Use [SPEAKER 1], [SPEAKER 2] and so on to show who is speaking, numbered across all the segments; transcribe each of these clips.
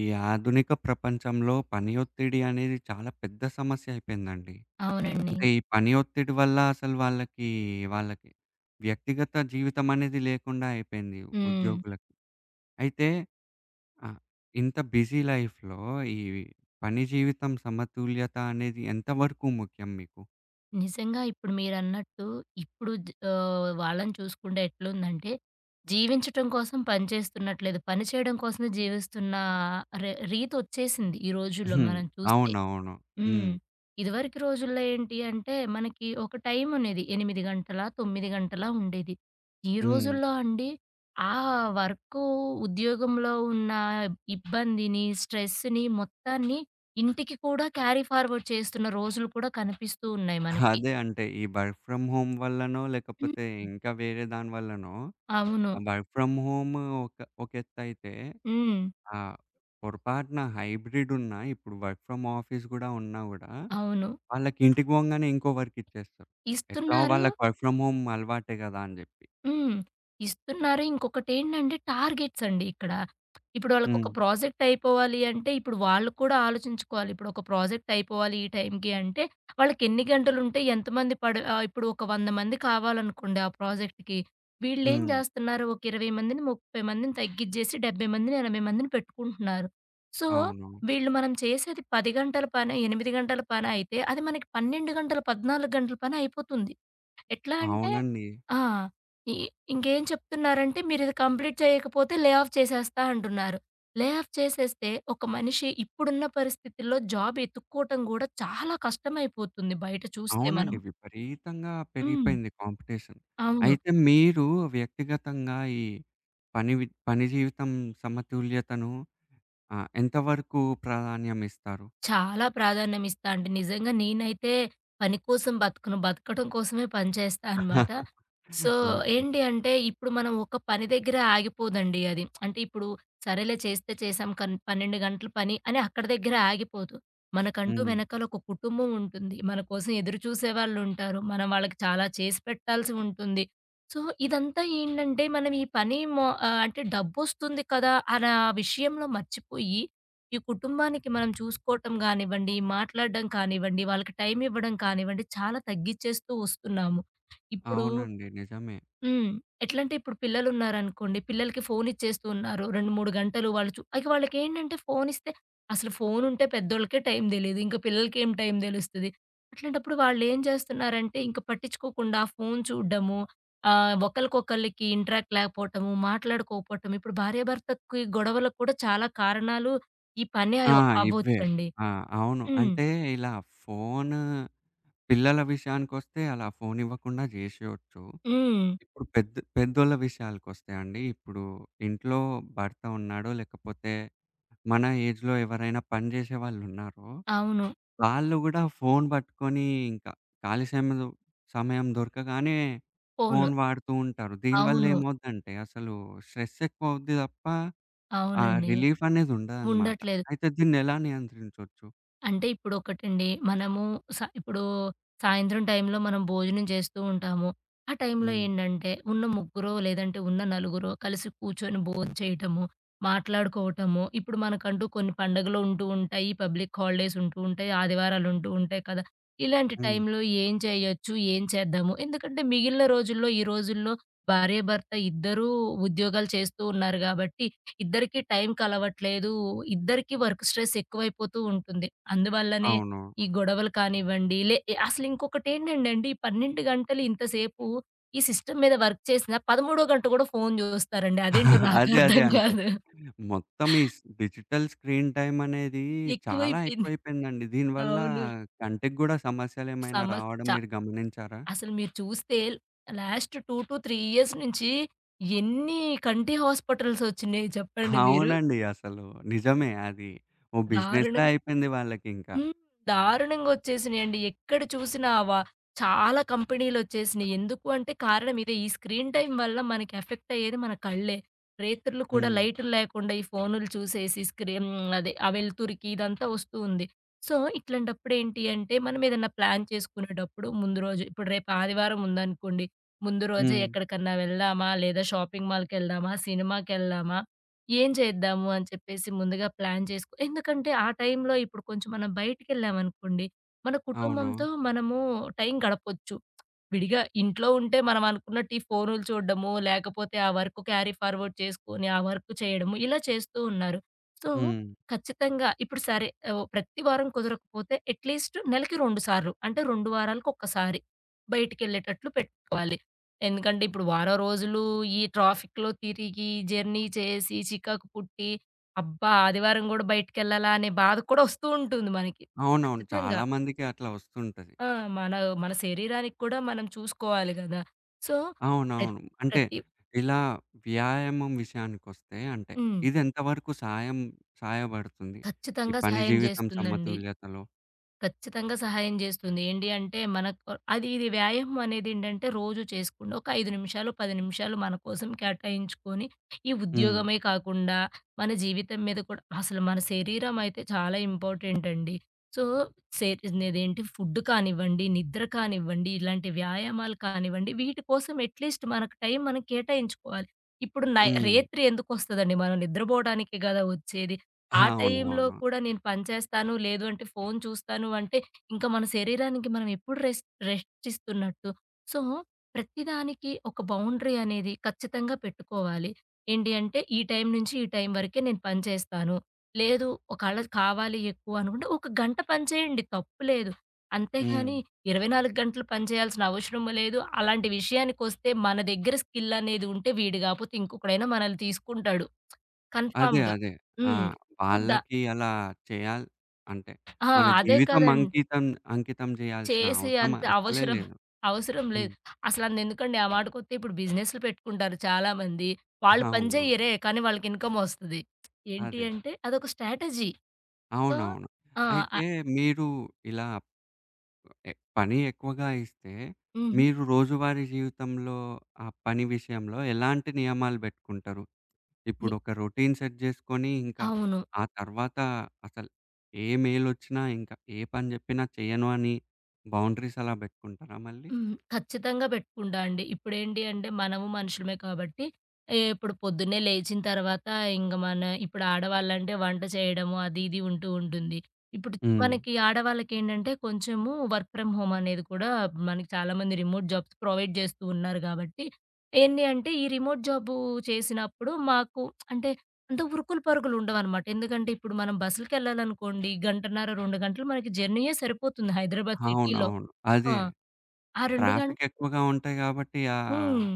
[SPEAKER 1] ఈ ఆధునిక ప్రపంచంలో పని ఒత్తిడి అనేది చాలా పెద్ద సమస్య అయిపోయిందండి.
[SPEAKER 2] అవునండి.
[SPEAKER 1] అంటే ఈ పని ఒత్తిడి వల్ల అసలు వాళ్ళకి వ్యక్తిగత జీవితం అనేది లేకుండా అయిపోయింది
[SPEAKER 2] హ్మ్.
[SPEAKER 1] ఉద్యోగులకి. అయితే ఆహ్, ఇంత బిజీ లైఫ్‌లో ఈ పని జీవితం సమతుల్యత అనేది ఎంత వరకు ముఖ్యం మీకు?
[SPEAKER 2] నిజంగా ఇప్పుడు మీరన్నట్టు వాళ్ళని చూసుకుంటే ఎట్లుందంటే, జీవించటం కోసం పని చేస్తున్నట్లేదు. పని చేయడం కోసమే జీవిస్తున్న రీతొచ్చేసింది ఈ రోజుల్లో
[SPEAKER 1] హ్మ్.
[SPEAKER 2] మనం చూస్తే.
[SPEAKER 1] అవునవును.
[SPEAKER 2] హ్మ్.
[SPEAKER 1] హ్మ్.
[SPEAKER 2] ఇదివరకు రోజుల్లో ఏంటి అంటే, మనకి ఒక టైం అనేది 8 గంటలా, 9 గంటలా ఉండేది. ఈ
[SPEAKER 1] హ్మ్.
[SPEAKER 2] రోజుల్లో అండి, ఆ వర్కు, ఉద్యోగంలో ఉన్న ఇబ్బందిని, స్ట్రెస్‌ని మొత్తాన్ని ఇంటికి కూడా క్యారీ ఫార్వర్డ్ చేస్తున్న రోజులు కూడా కనిపిస్తూ ఉన్నాయి మనకి.
[SPEAKER 1] అదే అంటే ఈ వర్క్ ఫ్రమ్ హోమ్ వల్లనో,
[SPEAKER 2] హ్మ్.
[SPEAKER 1] లేకపోతే ఇంకా వేరే దాని వల్లనో
[SPEAKER 2] అవును.
[SPEAKER 1] వర్క్ ఫ్రమ్ హోమ్ ఒక ఒక ఎత్తయితే,
[SPEAKER 2] హ్మ్.
[SPEAKER 1] ఆహ్, పొరపాటున హైబ్రిడ్ ఉన్నా, ఇప్పుడు వర్క్ ఫ్రమ్ ఆఫీస్ గూడా ఉన్నా గూడా,
[SPEAKER 2] అవును.
[SPEAKER 1] వాళ్ళకి ఇంటికి పోంగానే ఇంకో వర్క్ ఇచ్చేస్తారు. ఎట్లాగో
[SPEAKER 2] ఇస్తున్నారు.
[SPEAKER 1] వాళ్ళకి వర్క్ ఫ్రమ్ హోమ్ అలవాటే గదా అని జెప్పి.
[SPEAKER 2] హ్మ్. ఇస్తున్నారు. ఇంకొకటేంటంటే టార్గెట్స్ అండి ఇక్కడ. ఇప్పుడు
[SPEAKER 1] హ్మ్.
[SPEAKER 2] వాళ్ళకొక ప్రాజెక్ట్ అయిపోవాలి అంటే, ఇప్పుడు వాళ్ళు కూడా ఆలోచించుకోవాలి. ఇప్పుడు ఒక ప్రాజెక్ట్ అయిపోవాలి ఈ టైంకి అంటే, వాళ్ళకెన్ని గంటలుంటే ఎంతమంది ఇప్పుడు ఒక 100 మంది కావాలనుకోండి ఆ ప్రాజెక్ట్‌కి. వీళ్ళేం
[SPEAKER 1] హ్మ్.
[SPEAKER 2] జేస్తున్నారు, ఒక 20 మందిని, 30 మందిని తగ్గిచ్చేసి 70 మందిని, 80 మందిని పెట్టుకుంటున్నారు. సో,
[SPEAKER 1] అవును.
[SPEAKER 2] వీళ్ళు మనం చేసేది 10 గంటల పని, 8 గంటల పని అయితే, అది మనకి 12 గంటలు, 14 గంటల పని అయిపోతుంది. ఎట్లా అంటే
[SPEAKER 1] అవునండి.
[SPEAKER 2] ఆ! ఇ ఇంకేం చెప్తున్నారంటే మీరిది కంప్లీట్ చేయకపోతే లే ఆఫ్ చేసేస్తా అంటున్నారు. లే ఆఫ్ చేసేస్తే ఒక మనిషి ఇప్పుడున్న పరిస్థితుల్లో జాబ్ ఎతుక్కోవటం గూడా చాలా కష్టమైపోతుంది బయట చూస్తే
[SPEAKER 1] అవునండి,
[SPEAKER 2] మనం.
[SPEAKER 1] విపరీతంగా
[SPEAKER 2] హ్మ్.
[SPEAKER 1] పెరిగిపోయింది కాంపిటీషన్.
[SPEAKER 2] అవును.
[SPEAKER 1] అయితే మీరు వ్యక్తిగతంగా ఈ పని జీవితం సమతుల్యతను ఎంతవరకు ప్రాధాన్యం ఇస్తారు?
[SPEAKER 2] చాలా ప్రాధాన్యం ఇస్తా అండి. నిజంగా నేనైతే పని కోసం బతకను. బతకడం కోసమే పని చేస్తా అనమాట. So,
[SPEAKER 1] okay.
[SPEAKER 2] ఏంటి అంటే ఇప్పుడు మనం ఒక పని దగ్గర ఆగిపోదండి అది. అంటే ఇప్పుడు సరేలే చేస్తే చేసాం 12 గంటల పని అని అక్కడి దగ్గర ఆగిపోదు. మనకంటూ
[SPEAKER 1] హ్మ్.
[SPEAKER 2] వెనకాల ఒక కుటుంబం ఉంటుంది. మన కోసం ఎదురు చూసేవాళ్ళుంటారు. మనం వాళ్ళకి చాలా చేసి పెట్టాల్సి ఉంటుంది. సో, ఇదంతా ఏంటంటే మనం ఈ పని అంటే డబ్బొస్తుంది కదా! అనా విషయంలో మర్చిపోయి ఈ కుటుంబానికి మనం చూసుకోవటం గానివ్వండి, మాట్లాడడం కానివ్వండి, వాళ్ళకి టైమివ్వడం కానివ్వండి, చాలా తగ్గిచ్చేస్తూ వస్తున్నాము. ఇప్పుడు
[SPEAKER 1] అవునండి, నిజమే.
[SPEAKER 2] హ్మ్. ఎట్లంటే ఇప్పుడు పిల్లలున్నారనుకోండి. పిల్లలకి ఫోను ఇచ్చేస్తూ ఉన్నారు. 2, 3 గంటలు వాళ్ళు ఇక వాళ్ళకేంటంటే ఫోనిస్తే అసలు ఫోనుంటే పెద్దోళ్ళకే టైం తెలీదు. ఇంకా పిల్లలకేం టైం తెలుస్తది. అట్లాంటప్పుడు వాళ్ళేం చేస్తున్నారంటే ఇంక పట్టించుకోకుండా ఫోను చూడ్డము, ఒకళ్ళకొకళ్ళకి ఇంటరాక్ట్ లేకపోవటము, మాట్లాడుకోకపోవటం. ఇప్పుడు భార్యాభర్తకి గొడవలకు కూడా చాలా కారణాలు ఈ పనే
[SPEAKER 1] ఆ! ఇవ్వే.
[SPEAKER 2] అవ్వొచ్చండి.
[SPEAKER 1] ఆ! అవును.
[SPEAKER 2] హ్మ్.
[SPEAKER 1] అంటే ఇలా ఫోను పిల్లల విషయానికొస్తే అలా ఫోనివ్వకుండా జేసేయొచ్చు.
[SPEAKER 2] హ్మ్.
[SPEAKER 1] ఇప్పుడు పెద్ద పెద్దోళ్ళ విషయాలకొస్తే అండి, ఇప్పుడు ఇంట్లో భర్త ఉన్నాడో, లేకపోతే మన ఏజ్‌లో ఎవరైనా పని జేసే వాళ్ళున్నారో,
[SPEAKER 2] అవును.
[SPEAKER 1] వాళ్ళు గూడా ఫోను పట్టుకొని ఇంకా ఖాళీ సమయం సమయం దొరకగానే
[SPEAKER 2] ఫోను.
[SPEAKER 1] ఫోను వాడుతూ ఉంటారు. దీనివల్ల
[SPEAKER 2] అవును.
[SPEAKER 1] ఏమవుద్దంటే అసలు స్ట్రెస్ ఎక్కువవుద్ది తప్ప ఆ
[SPEAKER 2] అవునండి.
[SPEAKER 1] రిలీఫ్ అనేది ఉండదనమాట.
[SPEAKER 2] ఉండట్లేదు.
[SPEAKER 1] అయితే దీన్నెలా నియంత్రించొచ్చు?
[SPEAKER 2] అంటే ఇప్పుడొకటండి. మనము ఇప్పుడు సాయంత్రం టైంలో మనం భోజనం చేస్తూ ఉంటాము. ఆ టైంలో
[SPEAKER 1] హ్మ్.
[SPEAKER 2] ఏంటంటే ఉన్న ముగ్గురో లేదంటే ఉన్న నలుగురో కలిసి కూర్చొని భోంచేయటము, మాట్లాడుకోవటము. ఇప్పుడు మనకంటూ కొన్ని పండుగలు ఉంటూ ఉంటాయి. పబ్లిక్ హాలిడేస్ ఉంటూ ఉంటాయి. ఆదివారాలు ఉంటూ ఉంటాయి కదా! ఇలాంటి
[SPEAKER 1] హ్మ్.
[SPEAKER 2] టైంలో ఏం చేయొచ్చు? ఏం చేద్దాము? ఎందుకంటే మిగిలిన రోజుల్లో ఈ రోజుల్లో భార్యాభర్త ఇద్దరూ ఉద్యోగాలు చేస్తూ ఉన్నారు కాబట్టి ఇద్దరికీ టైం కలవట్లేదు. ఇద్దరికీ వర్క్ స్ట్రెస్ ఎక్కువైపోతూ ఉంటుంది. అందువల్లనే
[SPEAKER 1] అవును.
[SPEAKER 2] ఈ గొడవలు కానివ్వండి, అసలింకొకటేంటండండి, 12 గంటలు ఇంతసేపు ఈ సిస్టమ్ మీద వర్క్ చేసినా, 13 గంట కూడా ఫోను జూస్తారండి. అదేంటో
[SPEAKER 1] అదే, అదే.
[SPEAKER 2] నాకర్థం
[SPEAKER 1] అంటే
[SPEAKER 2] కాదు.
[SPEAKER 1] మొత్తం ఈ డిజిటల్ స్క్రీన్ టైమ్ అనేది చాలా
[SPEAKER 2] ఎక్కువైపోయింది.
[SPEAKER 1] ఎక్కువైపోయిందండి. దీనివల్ల
[SPEAKER 2] అవును.
[SPEAKER 1] కంటికి గూడా సమస్యలేమైనా
[SPEAKER 2] సమస్
[SPEAKER 1] రావడం
[SPEAKER 2] చ
[SPEAKER 1] మీరు గమనించారా?
[SPEAKER 2] అసలు మీరు చూస్తే లాస్ట్ 2-3 ఇయర్స్ నుంచి ఎన్ని కంటి హాస్పిటల్స్ ఒచ్చినియి చెప్పండి మీరు.
[SPEAKER 1] అవునండి, అసలు నిజమే అది. ఓ బిజినెస్‌లా
[SPEAKER 2] దారుణం.
[SPEAKER 1] అయిపోయింది వాళ్ళకింకా.
[SPEAKER 2] హ్మ్. దారుణంగొచ్చేసినియండి. ఎక్కడ చూసినా చాలా కంపెనీలొచ్చేసినియి. ఎందుకు అంటే కారణం ఇదే. ఈ స్క్రీన్ టైమ్ వల్ల మనకి ఎఫెక్ట్ అయ్యేది మన కళ్ళే. రేత్రులు కూడా
[SPEAKER 1] హ్మ్.
[SPEAKER 2] లైటులు లేకుండా ఈ ఫోనులు చూసేసి అదే ఆ వెలుతురికి ఇదంతా వస్తూ ఉంది. సో, ఇట్లాంటప్పుడేంటి అంటే మనం ఏదన్నా ప్లాన్ చేసుకునేటప్పుడు ముందు రోజు ఇప్పుడు రేపు ఆదివారం ఉందనుకోండి. ముందు రోజే
[SPEAKER 1] హ్మ్.
[SPEAKER 2] ఎక్కడికన్నా వెళ్దామా? లేదా షాపింగ్ మాల్‌కెళ్దామా? సినిమాకెళ్దామా? ఏం చేద్దాము అని చెప్పేసి ముందుగా ప్లాన్ చేసుకో ఎందుకంటే ఆ టైంలో ఇప్పుడు కొంచెం మనం బయటికెళ్ళామనుకోండి, మన
[SPEAKER 1] అవును.
[SPEAKER 2] కుటుంబంతో మనము టైం గడపొచ్చు. విడిగా ఇంట్లో ఉంటే మనం అనుకున్నట్టు ఈ ఫోనులు చూడడము, లేకపోతే ఆ వర్క్ క్యారీ ఫార్వర్డ్ చేసుకొని, ఆ వర్క్ చేయడము ఇలా చేస్తూ ఉన్నారు. సో,
[SPEAKER 1] హ్మ్.
[SPEAKER 2] ఖచ్చితంగా ఇప్పుడు సరే ప్రతి వారం కుదరకపోతే అట్‌లీస్ట్ నెలకి 2 సార్లు అంటే 2 వారాలకొక్కసారి బయటికెళ్ళేటట్లు పెట్టుకోవాలి. ఎందుకంటే, ఇప్పుడు వారం రోజులు ఈ ట్రాఫిక్‌లో తిరిగి, జర్నీ చేసి, చికాకు పుట్టి, అబ్బా! ఆదివారం గూడా బయటికెళ్ళాలా అనే బాధ కూడా వస్తూ ఉంటుంది మనకి.
[SPEAKER 1] అవునవును,
[SPEAKER 2] ఖచ్చితంగా.
[SPEAKER 1] చాలా మందికి అట్లా వస్తుంటది.
[SPEAKER 2] ఆ! మన మన శరీరానికి కూడా మనం చూసుకోవాలి గదా! సో, ప్రత్
[SPEAKER 1] అవునవును. అంటే
[SPEAKER 2] ప్రతి
[SPEAKER 1] ఇలా వ్యాయామం విషయానికొస్తే అంటే
[SPEAKER 2] హ్మ్.
[SPEAKER 1] ఇదెంత వరకు సాయం సహాయపడుతుంది? ఈ
[SPEAKER 2] ఖచ్చితంగా
[SPEAKER 1] పని
[SPEAKER 2] సహాయం
[SPEAKER 1] జీవితం
[SPEAKER 2] జేస్తుందండి.
[SPEAKER 1] సమతుల్యతలో?
[SPEAKER 2] ఖచ్చితంగా సహాయం జేస్తుంది. ఏంటి అంటే మనకు అది ఇది వ్యాయామం అనేదేంటంటే రోజు చేసుకుండా ఒక 5 నిమిషాలు, 10 నిమిషాలు మన కోసం కేటాయించుకొని ఈ
[SPEAKER 1] హ్మ్.
[SPEAKER 2] ఉద్యోగమే కాకుండా మన జీవితం మీద కూడా అసలు మన శరీరం అయితే చాలా ఇంపార్టెంట్ అండి. సో, శే ఇదేంటి ఫుడ్ కానివ్వండి, నిద్ర కానివ్వండి, ఇలాంటి వ్యాయామాలు కానివ్వండి వీటి కోసం అట్‌లీస్ట్ మనకు టైం మనం కేటాయించుకోవాలి. ఇప్పుడు
[SPEAKER 1] హ్మ్.
[SPEAKER 2] రేత్రి ఎందుకొస్తదండి? మనం నిద్రపోవడానికే గదా! వచ్చేది.
[SPEAKER 1] ఆ!
[SPEAKER 2] ఆ టైంలో
[SPEAKER 1] అవునవును.
[SPEAKER 2] కూడా నేను పని చేస్తాను, లేదు అంటే ఫోను చూస్తాను అంటే, ఇంకా మన శరీరానికి మనం ఎప్పుడు రెస్ట్ రెస్ట్ ఇస్తున్నట్టు. సో, ప్రతిదానికి ఒక బౌండరీ అనేది ఖచ్చితంగా పెట్టుకోవాలి. ఏంటి అంటే, ఈ టైం నుంచి ఈ టైం వరకే నేను పని చేస్తాను. లేదు ఒకవేళ కావాలి ఎక్కువ అనుకుంటే, ఒక గంట పని చేయండి తప్పులేదు.
[SPEAKER 1] హ్మ్.
[SPEAKER 2] అంతేగాని 24 గంటలు పని చేయాల్సిన అవసరం లేదు. అలాంటి విషయానికొస్తే మన దగ్గర స్కిల్ అనేది ఉంటే వీడు కాపోతే ఇంకొకడైనా మనల్ని తీసుకుంటాడు
[SPEAKER 1] అదే,
[SPEAKER 2] కన్ఫర్మ్‌గా.
[SPEAKER 1] అదే. ఆ!
[SPEAKER 2] హ్మ్. సో, ద
[SPEAKER 1] వాళ్ళకి అలా చేయాలి అంటే
[SPEAKER 2] ఆ!
[SPEAKER 1] మన
[SPEAKER 2] అదే
[SPEAKER 1] జీవితం
[SPEAKER 2] కదండీ.
[SPEAKER 1] అంకితం అంకితం జేయాల్సిన
[SPEAKER 2] చేసి
[SPEAKER 1] అవసరం
[SPEAKER 2] అంత
[SPEAKER 1] అసలే
[SPEAKER 2] అవసరం
[SPEAKER 1] లేదు.
[SPEAKER 2] అవసరం లేదు.
[SPEAKER 1] హ్మ్.
[SPEAKER 2] అసలందెందుకండి ఆ మాటకొత్తే ఇప్పుడు బిజినెస్‌లు పెట్టుకుంటారు చాలామంది. వాళ్ళు పని
[SPEAKER 1] అవును.
[SPEAKER 2] జెయ్యరే, కానీ వాళ్ళకి ఇన్‌కమొస్తది. ఏంటి
[SPEAKER 1] అదే.
[SPEAKER 2] అంటే అదొక స్ట్రాటజీ. సో.
[SPEAKER 1] అవునవును.
[SPEAKER 2] ఆ! అ
[SPEAKER 1] అయితే మీరు ఇలా ఎ పని ఎక్కువగా ఇస్తే,
[SPEAKER 2] హుహు.
[SPEAKER 1] మీరు రోజువారీ జీవితంలో ఆ పని విషయంలో ఎలాంటి నియమాలు బెట్టుకుంటారు?
[SPEAKER 2] ని
[SPEAKER 1] ఇప్పుడొక రొటీన్ సెట్ జేసుకొని, ఇంకా
[SPEAKER 2] అవును.
[SPEAKER 1] ఆ తర్వాత అసలు ఏ మెయిలొచ్చినా, ఇంకా ఏ పని జెప్పినా చెయ్యను అని బౌండరీస్ అలా బెట్టుకుంటారా మళ్ళీ?
[SPEAKER 2] హ్మ్. ఖచ్చితంగా పెట్టుకుంటా అండి. ఇప్పుడేంటి అంటే మనము మనుషులమే కాబట్టి, ఇప్పుడు పొద్దున్నే లేచిన తర్వాత ఇంగ మన ఇప్పుడు ఆడవాళ్ళంటే వంట చేయడము అది ఇది ఉంటూ ఉంటుంది. ఇప్పుడు
[SPEAKER 1] హ్మ్.
[SPEAKER 2] మనకి ఆడవాళ్ళకేంటంటే కొంచెము వర్క్ ఫ్రమ్ హోమ్ అనేది కూడా మనకి చాలామంది రిమోట్ జాబ్స్ ప్రొవైడ్ చేస్తూ ఉన్నారు కాబట్టి, ఏంది అంటే ఈ రిమోట్ జాబు చేసినప్పుడు మాకు అంటే అంత ఉరుకులు పరుగులు ఉండవనమాట. ఎందుకంటే ఇప్పుడు మనం బస్సులకెళ్ళాలనుకోండి గంటన్నర, 2 గంటలు మనకి జర్నీయే సరిపోతుంది హైదరాబాద్ సిటీలో.
[SPEAKER 1] అవునవును.
[SPEAKER 2] ఆ!
[SPEAKER 1] అదే.
[SPEAKER 2] ఆ 2 గం
[SPEAKER 1] ట్రాఫిక్ ఎక్కువగా ఉంటాయి గాబట్టి
[SPEAKER 2] హ్మ్.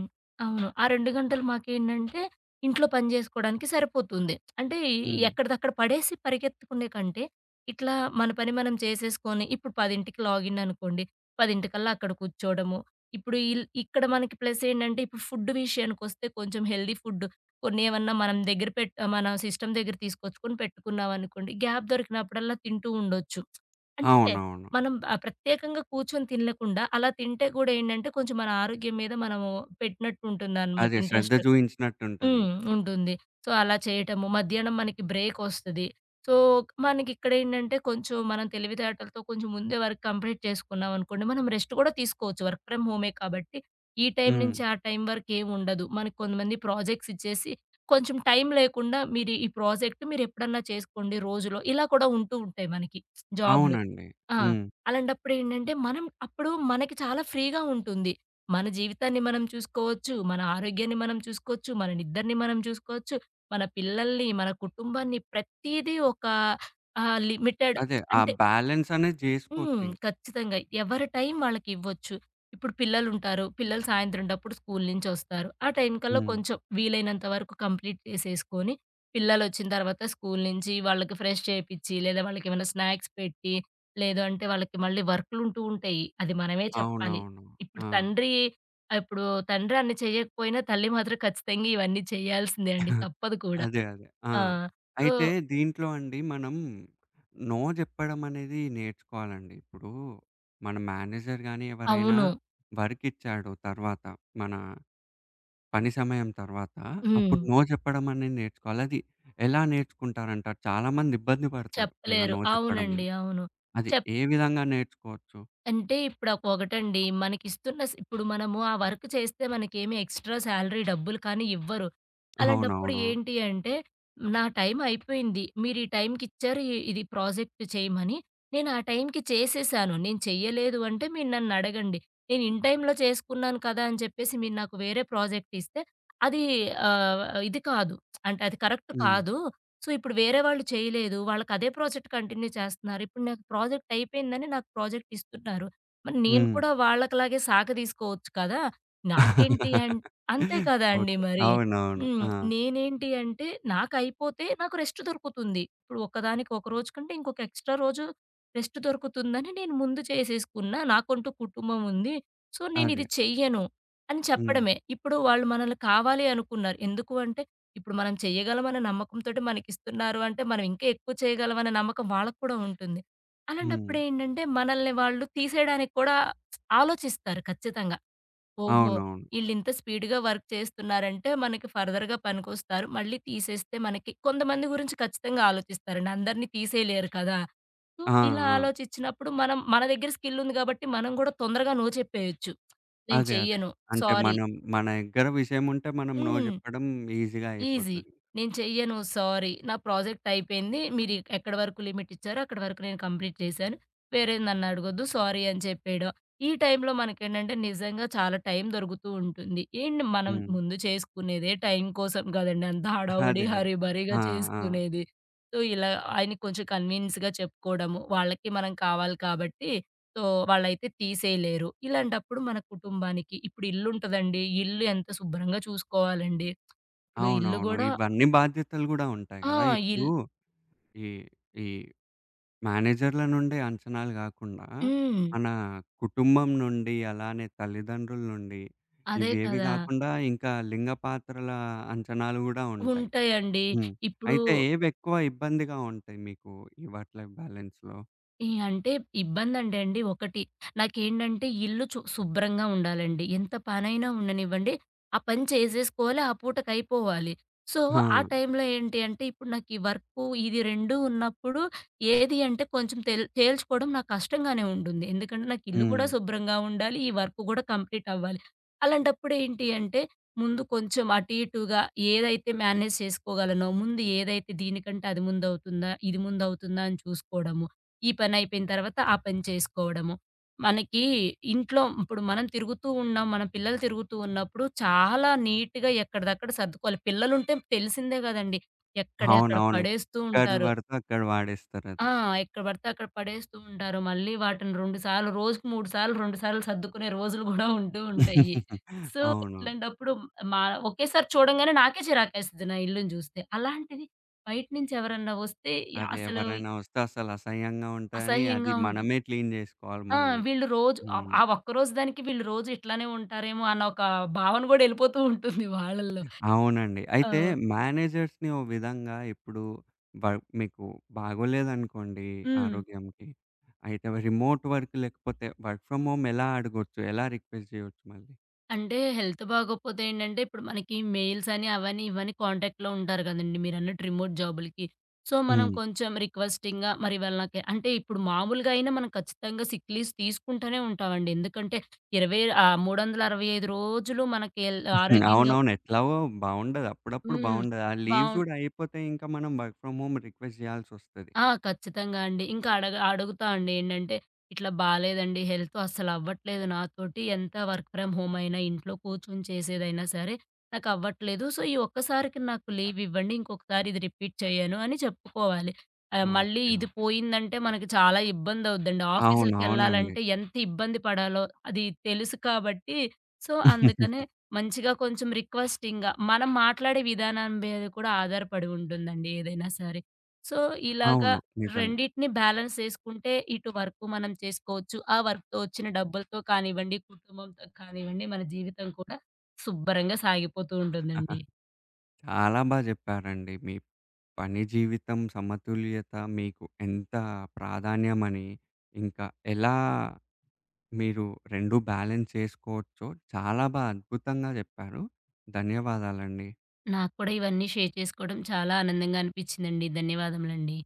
[SPEAKER 2] అవును. ఆ 2 గంటలు మాకేంటంటే, ఇంట్లో పని జేసుకోడానికి సరిపోతుంది. అంటే
[SPEAKER 1] హ్మ్.
[SPEAKER 2] ఎక్కడిదక్కడ పడేసి పరిగెత్తుకునే కంటే, ఇట్లా మన పని మనం చేసేసుకొని, ఇప్పుడు 10కి లాగిన్ అనుకోండి. 10కల్లా అక్కడ కూర్చోవడము. ఇప్పుడు ఇక్కడ మనకి ప్లస్ ఏంటంటే, ఇప్పుడు ఫుడ్ విషయానికొస్తే కొంచెం హెల్తీ ఫుడ్ కొన్ని ఏమన్నా మనం దగ్గర మన సిస్టమ్ దగ్గర తీసుకొచ్చుకొని పెట్టుకున్నామనుకోండి, గ్యాప్ దొరికినప్పుడల్లా తింటూ ఉండొచ్చు. అంటే
[SPEAKER 1] అవునవును.
[SPEAKER 2] మనం ప్రత్యేకంగా కూర్చొని తినలేకుండా, అలా తింటే కూడా ఏంటంటే, కొంచెం మన ఆరోగ్యం మీద మనము పెట్టినట్టుంటుందనమాట
[SPEAKER 1] అదే శ్రద్ధ
[SPEAKER 2] ఇంట్రెస్ట్. హ్మ్.
[SPEAKER 1] జూయించినట్టుంటదింక.
[SPEAKER 2] ఉంటుంది. సో, అలా చేయటము. మధ్యాహ్నం మనకి బ్రేకొస్తది. సో, మనకిక్కడేంటంటే, కొంచెం మనం తెలివితేటలతో కొంచెం ముందే వర్క్ కంప్లీట్ చేసుకున్నామనుకోండి, మనం రెస్ట్ కూడా తీసుకోవచ్చు. వర్క్ ఫ్రమ్ హోమే కాబట్టి, ఈ టైం
[SPEAKER 1] హ్మ్.
[SPEAKER 2] నుంచి ఆ టైం వరకేముండదు. మనకు కొంతమంది ప్రాజెక్ట్స్ ఇచ్చేసి, కొంచెం టైం లేకుండా మీరు ఈ ప్రాజెక్ట్ మీరెప్పుడన్నా చేసుకోండి రోజులో, ఇలా కూడా ఉంటూ ఉంటాయి మనకి జాబ్‌లో.
[SPEAKER 1] అవునండి.
[SPEAKER 2] ఆ!
[SPEAKER 1] హ్మ్.
[SPEAKER 2] అలాంటప్పుడేంటంటే, మనం అప్పుడు మనకి చాలా ఫ్రీగా ఉంటుంది. మన జీవితాన్ని మనం చూసుకోవచ్చు, మన ఆరోగ్యాన్ని మనం చూసుకోవచ్చు, మన నిద్రని మనం చూసుకోవచ్చు, మన పిల్లల్ని, మన కుటుంబాన్ని ప్రతీదీ ఒక లిమిటెడ్
[SPEAKER 1] అదే, ఆ
[SPEAKER 2] అంటే
[SPEAKER 1] బ్యాలెన్స్ అనేది
[SPEAKER 2] హ్మ్.
[SPEAKER 1] జేసుకోవచ్చు.
[SPEAKER 2] ఖచ్చితంగా. ఎవరి టైం వాళ్ళకివ్వచ్చు. ఇప్పుడు పిల్లలుంటారు. పిల్లలు సాయంత్రంటప్పుడు స్కూలు నుంచొస్తారు. ఆ టైం కల్లా
[SPEAKER 1] హ్మ్.
[SPEAKER 2] కొంచెం వీలైనంత వరకు కంప్లీట్ చేసేసుకొని, పిల్లలొచ్చిన తర్వాత స్కూలు నుంచి వాళ్ళకి ఫ్రెష్ చేపిచ్చి, లేదా వాళ్ళకేమైనా స్నాక్స్ పెట్టి, లేదు అంటే వాళ్ళకి మళ్ళీ వర్కులుంటూ ఉంటాయి. అది మనమే చెప్పాలి.
[SPEAKER 1] అవునవును.
[SPEAKER 2] ఇప్పుడు
[SPEAKER 1] ఆ!
[SPEAKER 2] తండ్రి ఇప్పుడు తండ్రి అన్ని చేయకపోయినా, తల్లి మాత్రం ఖచ్చితంగా ఇవన్నీ చేయాల్సిందే అండి. తప్పదు కూడా.
[SPEAKER 1] అదే, అదే. ఆ!
[SPEAKER 2] ఆ! సో.
[SPEAKER 1] అయితే దీంట్లో అండి మనం నో జెప్పడం అనేది నేర్చుకోవాలండి. ఇప్పుడు మన మేనేజర్ గాని ఎవరైనా
[SPEAKER 2] అవును.
[SPEAKER 1] వర్క్ ఇచ్చాడు తర్వాత, మన పని సమయం తర్వాత,
[SPEAKER 2] హ్మ్.
[SPEAKER 1] అప్పుడు నో జెప్పడం అనేది నేర్చుకోవాలి. అది ఎలా నేర్చుకుంటారంటారు? చాలామంది ఇబ్బంది పడతారు, ఇలా
[SPEAKER 2] చెప్పలేరు.
[SPEAKER 1] నో జెప్పడం
[SPEAKER 2] అవునండి.
[SPEAKER 1] అని.
[SPEAKER 2] అవును.
[SPEAKER 1] అది
[SPEAKER 2] చెప్
[SPEAKER 1] ఏ విధంగా నేర్చుకోవచ్చు?
[SPEAKER 2] అంటే ఇప్పుడొకటండి. మనకిస్తున్న ఇప్పుడు మనము ఆ వర్క్ చేస్తే మనకేమి ఎక్స్‌ట్రా సాలరీ డబ్బులు కానీ ఇవ్వరు. అలాంటప్పుడు
[SPEAKER 1] అవునవును.
[SPEAKER 2] ఏంటి అంటే, నా టైం అయిపోయింది. మీరు ఈ టైంకిచ్చారు. ఇది ప్రాజెక్ట్ చేయమని. నేను ఆ టైంకి చేసేసాను. నేను చెయ్యలేదు అంటే మీరు నన్నడగండి. నేను ఇన్ టైంలో చేసుకున్నాను కదా! అని చెప్పేసి మీరు నాకు వేరే ప్రాజెక్ట్ ఇస్తే అది ఆహ్, ఇది కాదు. అంటే అది కరెక్ట్
[SPEAKER 1] హ్మ్.
[SPEAKER 2] కాదు. సో, ఇప్పుడు వేరే వాళ్ళు చేయలేదు. వాళ్ళకదే ప్రాజెక్ట్ కంటిన్యూ చేస్తున్నారు. ఇప్పుడు నాకు ప్రాజెక్ట్ అయిపోయిందని నాకు ప్రాజెక్ట్ ఇస్తున్నారు. మరి నేను
[SPEAKER 1] హ్మ్.
[SPEAKER 2] కూడా వాళ్ళకిలాగే సాగదీసుకోవచ్చు కదా! నాకేంటి అంతే కదా అండి
[SPEAKER 1] ఓకే.
[SPEAKER 2] మరి.
[SPEAKER 1] అవునవును.
[SPEAKER 2] హ్మ్.
[SPEAKER 1] ఆ!
[SPEAKER 2] నేనేంటి అంటే నాకైపోతే నాకు రెస్ట్ దొరుకుతుంది. ఇప్పుడు ఒకదానికి ఒక రోజు కంటే ఇంకొక ఎక్స్‌ట్రా రోజు రెస్ట్ దొరుకుతుందని నేను ముందు చేసేసుకున్నా. నాకంటూ కుటుంబం ఉంది. సో,
[SPEAKER 1] అదే.
[SPEAKER 2] నేనిది చెయ్యను అని
[SPEAKER 1] హ్మ్.
[SPEAKER 2] చెప్పడమే. ఇప్పుడు వాళ్ళు మనల్ని కావాలి అనుకున్నారు. ఎందుకు అంటే ఇప్పుడు మనం చెయ్యగలమనే నమ్మకంతోటి మనకిస్తున్నారు అంటే, మనం ఇంకా ఎక్కువ చేయగలమనే నమ్మకం వాళ్ళకి కూడా ఉంటుంది.
[SPEAKER 1] హ్మ్.
[SPEAKER 2] అలాంటప్పుడేంటంటే, మనల్ని వాళ్ళు తీసేయడానికి కూడా ఆలోచిస్తారు ఖచ్చితంగా. ఓహో!
[SPEAKER 1] అవునవును.
[SPEAKER 2] ఈళ్ళింత స్పీడ్‌గా వర్క్ చేస్తున్నారంటే, మనకి ఫర్దర్‌గా పనికొస్తారు. మళ్ళీ తీసేస్తే మనకి కొంతమంది గురించి ఖచ్చితంగా ఆలోచిస్తారండి. అందరిని తీసేయలేరు కదా! సో,
[SPEAKER 1] ఆ!
[SPEAKER 2] ఇలా
[SPEAKER 1] ఆ!
[SPEAKER 2] ఆలోచిచ్చినప్పుడు మనం మన దగ్గర స్కిల్ ఉంది కాబట్టి, మనం గూడా తొందరగా నో చెప్పేయొచ్చు. నేను
[SPEAKER 1] అదే, అదే.
[SPEAKER 2] చెయ్యను.
[SPEAKER 1] అంటే
[SPEAKER 2] సారీ.
[SPEAKER 1] మనం మన దగ్గర విషయం ఉంటే మనం నో
[SPEAKER 2] హ్మ్.
[SPEAKER 1] జెప్పడం ఈజీగా
[SPEAKER 2] ఈజీ.
[SPEAKER 1] అయిపోతది.
[SPEAKER 2] నేను చెయ్యను సారీ. నా ప్రాజెక్ట్ అయిపోయింది. మీరు ఎక్కడి వరకు లిమిట్ ఇచ్చారో అక్కడి వరకు నేను కంప్లీట్ చేశాను. వేరేది నన్ను అడగొద్దు సారీ అని చెప్పేయడం. ఈ టైంలో మనకేంటంటే నిజంగా చాలా టైం దొరుకుతూ ఉంటుంది. ఏండి మనం
[SPEAKER 1] హ్మ్.
[SPEAKER 2] ముందు చేసుకునేదే టైం కోసం కదండీ! అంత హడావుడి
[SPEAKER 1] అదే, అదే.
[SPEAKER 2] హరీబరీగా
[SPEAKER 1] ఆ! ఆ!
[SPEAKER 2] చేసుకునేది. సో, ఇలా ఆయనకి కొంచెం కన్వీనియన్స్‌గా చెప్పుకోవడము. వాళ్ళకి మనం కావాలి కాబట్టి సో, వాళ్ళైతే తీసేయలేరు. ఇలాంటప్పుడు మన కుటుంబానికి ఇప్పుడు ఇల్లుంటదండి. ఇల్లు ఎంత శుభ్రంగా చూసుకోవాలండి. ఇప్పుడు ఇల్లు
[SPEAKER 1] అవునవును,
[SPEAKER 2] గూడా
[SPEAKER 1] ఇవన్నీ బాధ్యతలు గూడా ఉంటాయి
[SPEAKER 2] ఆ!
[SPEAKER 1] గదా!
[SPEAKER 2] ఇల్
[SPEAKER 1] ఇప్పుడు ఈ ఈ మేనేజర్‌ల నుండి అంచనాలు గాకుండా,
[SPEAKER 2] హ్మ్.
[SPEAKER 1] మన కుటుంబం నుండి, అలానే తల్లిదండ్రుల నుండి
[SPEAKER 2] అదే
[SPEAKER 1] ఇవేవి
[SPEAKER 2] కదా!
[SPEAKER 1] గాకుండా ఇంకా లింగ పాత్రల అంచనాలు గూడా ఉంటాయి.
[SPEAKER 2] ఉంటాయండి.
[SPEAKER 1] హ్మ్.
[SPEAKER 2] ఇప్పుడు
[SPEAKER 1] అయితే ఏవెక్కువ ఇబ్బందిగా ఉంటాయి మీకు ఈ వర్క్ లైఫ్ బ్యాలెన్స్‌లో?
[SPEAKER 2] ఈ అంటే ఇబ్బందంటే అండి ఒకటి, నాకేంటంటే ఇల్లు శుభ్రంగా ఉండాలండి. ఎంత పనైనా ఉండనివ్వండి, ఆ పని చేసేసుకోవాలి, ఆ పూటకయిపోవాలి. సో, ఆ
[SPEAKER 1] ఆ!
[SPEAKER 2] టైంలో ఏంటి అంటే, ఇప్పుడు నాకీ వర్కు, ఇది 2 ఉన్నప్పుడు ఏది అంటే కొంచెం తేల్చుకోవడం నాకు కష్టంగానే ఉంటుంది. ఎందుకంటే, నాకు ఇల్లు
[SPEAKER 1] హ్మ్.
[SPEAKER 2] కూడా శుభ్రంగా ఉండాలి, ఈ వర్క్ గూడా కంప్లీట్ అవ్వాలి. అలాంటప్పుడు ఏంటి అంటే, ముందు కొంచెం అటు ఇటుగా ఏదైతే మేనేజ్ చేసుకోగలనో, ముందు ఏదైతే దీనికంటే అది ముందవుతుందా, ఇది ముందవుతుందా అని చూసుకోవడము. ఈ పనైపోయిన తర్వాత ఆ పని చేసుకోవడము. మనకి ఇంట్లో ఇప్పుడు మనం తిరుగుతూ ఉన్నాం, మన పిల్లలు తిరుగుతూ ఉన్నప్పుడు చాలా నీట్‌గా ఎక్కడిదక్కడ సర్దుకోవాలి. పిల్లలుంటే తెలిసిందే గదండీ! ఎక్కడియి అక్కడ
[SPEAKER 1] అవునవును,
[SPEAKER 2] పడేస్తూ
[SPEAKER 1] ఎక్కడ
[SPEAKER 2] ఉంటారు.
[SPEAKER 1] పడితే అక్కడ
[SPEAKER 2] ఆ!
[SPEAKER 1] వాడేస్తారది.
[SPEAKER 2] ఎక్కడ పడితే అక్కడ పడేస్తూ ఉంటారు. మళ్ళీ వాటిని 2 సార్లు రోజుకి 3 సార్లు, 2 సార్లు సర్దుకునే రోజులు గూడా ఉంటూ ఉంటాయి. సో,
[SPEAKER 1] అవును.
[SPEAKER 2] ఇట్లాంటప్పుడు మా ఒకేసారి చూడంగానే నాకే చిరాకేస్తది నా ఇల్లుని జూస్తే. అలాంటిది బయట నుంచి ఎవరన్నా వస్తే
[SPEAKER 1] అదే,
[SPEAKER 2] అసలు
[SPEAKER 1] ఎవరైనా వస్తే అసలు అసహ్యంగా ఉంటదని అది
[SPEAKER 2] అసహ్యంగా ఉంటు
[SPEAKER 1] మనమే క్లీన్ జేసుకోవాలి
[SPEAKER 2] ఆ!
[SPEAKER 1] మళ్ళీ.
[SPEAKER 2] వీళ్ళు రోజు
[SPEAKER 1] హ్మ్.
[SPEAKER 2] ఆ ఒక్కరోజు దానికి వీళ్ళు రోజు ఇట్లానే ఉంటారేమో అన్న ఒక భావన గూడా ఎళ్ళిపోతూ ఉంటుంది వాళ్ళల్లో.
[SPEAKER 1] అవునండి. అయితే
[SPEAKER 2] ఆ!
[SPEAKER 1] మేనేజర్స్‌ని ఓ విధంగా ఇప్పుడు వ మీకు బాగోలేదనుకోండి
[SPEAKER 2] హ్మ్.
[SPEAKER 1] ఆరోగ్యంకి, అయితే రిమోట్ వర్క్ లేకపోతే వర్క్ ఫ్రమ్ హోమ్ ఎలా అడగొచ్చు? ఎలా రిక్వెస్ట్ జేయొచ్చు మళ్ళీ?
[SPEAKER 2] అంటే హెల్త్ బాగోకపోతే ఏంటంటే, ఇప్పుడు మనకి మెయిల్స్ అని అవని ఇవని కాంటాక్ట్‌లో ఉంటారు గదండీ! మీరన్నట్టు రిమోట్ జాబులకి. సో, మనం
[SPEAKER 1] హ్మ్.
[SPEAKER 2] కొంచెం రిక్వెస్టింగ్‌గా మరి ఇవాళ నాకు అంటే ఇప్పుడు మామూలుగా అయినా మనం ఖచ్చితంగా సిక్ లీవ్స్ తీసుకుంటూనే ఉంటామండి. ఎందుకంటే 365 రోజులు మనకి
[SPEAKER 1] హ్మ్.
[SPEAKER 2] ఆరోగ్యంగా
[SPEAKER 1] అవునవును, ఎట్లాగో బావుండదు, అప్పుడప్పుడు
[SPEAKER 2] హ్మ్.
[SPEAKER 1] బావుండదు. ఆ లీవ్స్
[SPEAKER 2] బావుం
[SPEAKER 1] గూడా అయిపోతే ఇంకా మనం వర్క్ ఫ్రమ్ హోమ్ రిక్వెస్ట్ జేయాల్సొస్తది.
[SPEAKER 2] ఆ! ఖచ్చితంగా అండి. ఇంకా అడుగుతా అండి. ఏంటంటే, "ఇట్లా బాలేదండి. హెల్త్ అస్సలవ్వట్లేదు నాతోటి. ఎంత వర్క్ ఫ్రమ్ హోమ్ అయినా, ఇంట్లో కూర్చొని చేసేదైనా సరే, నాకవ్వట్లేదు. సో, ఈ ఒక్కసారికి నాకు లీవ్ ఇవ్వండి. ఇంకొకసారి ఇది రిపీట్ చెయ్యను" అని చెప్పుకోవాలి. మళ్ళీ
[SPEAKER 1] ఓకే,
[SPEAKER 2] ఇది
[SPEAKER 1] ఓకే,
[SPEAKER 2] పోయిందంటే మనకి చాలా ఇబ్బందవుద్దండి.
[SPEAKER 1] అవునవునండి.
[SPEAKER 2] ఆఫీసులకెళ్ళాలంటే ఎంత ఇబ్బంది పడాలో అది తెలుసు కాబట్టి, సో, అందుకనే మంచిగా కొంచెం రిక్వెస్టింగ్‌గా మనం మాట్లాడే విధానం మీద కూడా ఆధారపడి ఉంటుందండి ఏదైనా సరే. సో, ఇలాగా
[SPEAKER 1] అవును, నిజమే.
[SPEAKER 2] రెండిటిని బ్యాలెన్స్ చేసుకుంటే ఇటు వర్క్ మనం చేసుకోవచ్చు. ఆ వర్క్‌తో వచ్చిన డబ్బులతో కానివ్వండి, కుటుంబంతో కానివ్వండి, మన జీవితం కూడా శుభ్రంగా సాగిపోతూ ఉంటుందండి.
[SPEAKER 1] చాలా బా జెప్పారండి. మీ పని జీవితం సమతుల్యత మీకు ఎంత ప్రాధాన్యమని, ఇంకా ఎలా మీరు రెండు బ్యాలెన్స్ చేసుకోవచ్చో చాలా బా అద్భుతంగా జెప్పారు. ధన్యవాదాలండి.
[SPEAKER 2] నాకు కూడా ఇవన్నీ షేర్ చేసుకోవడం చాలా ఆనందంగా అనిపించిందండి. ధన్యవాదములండి.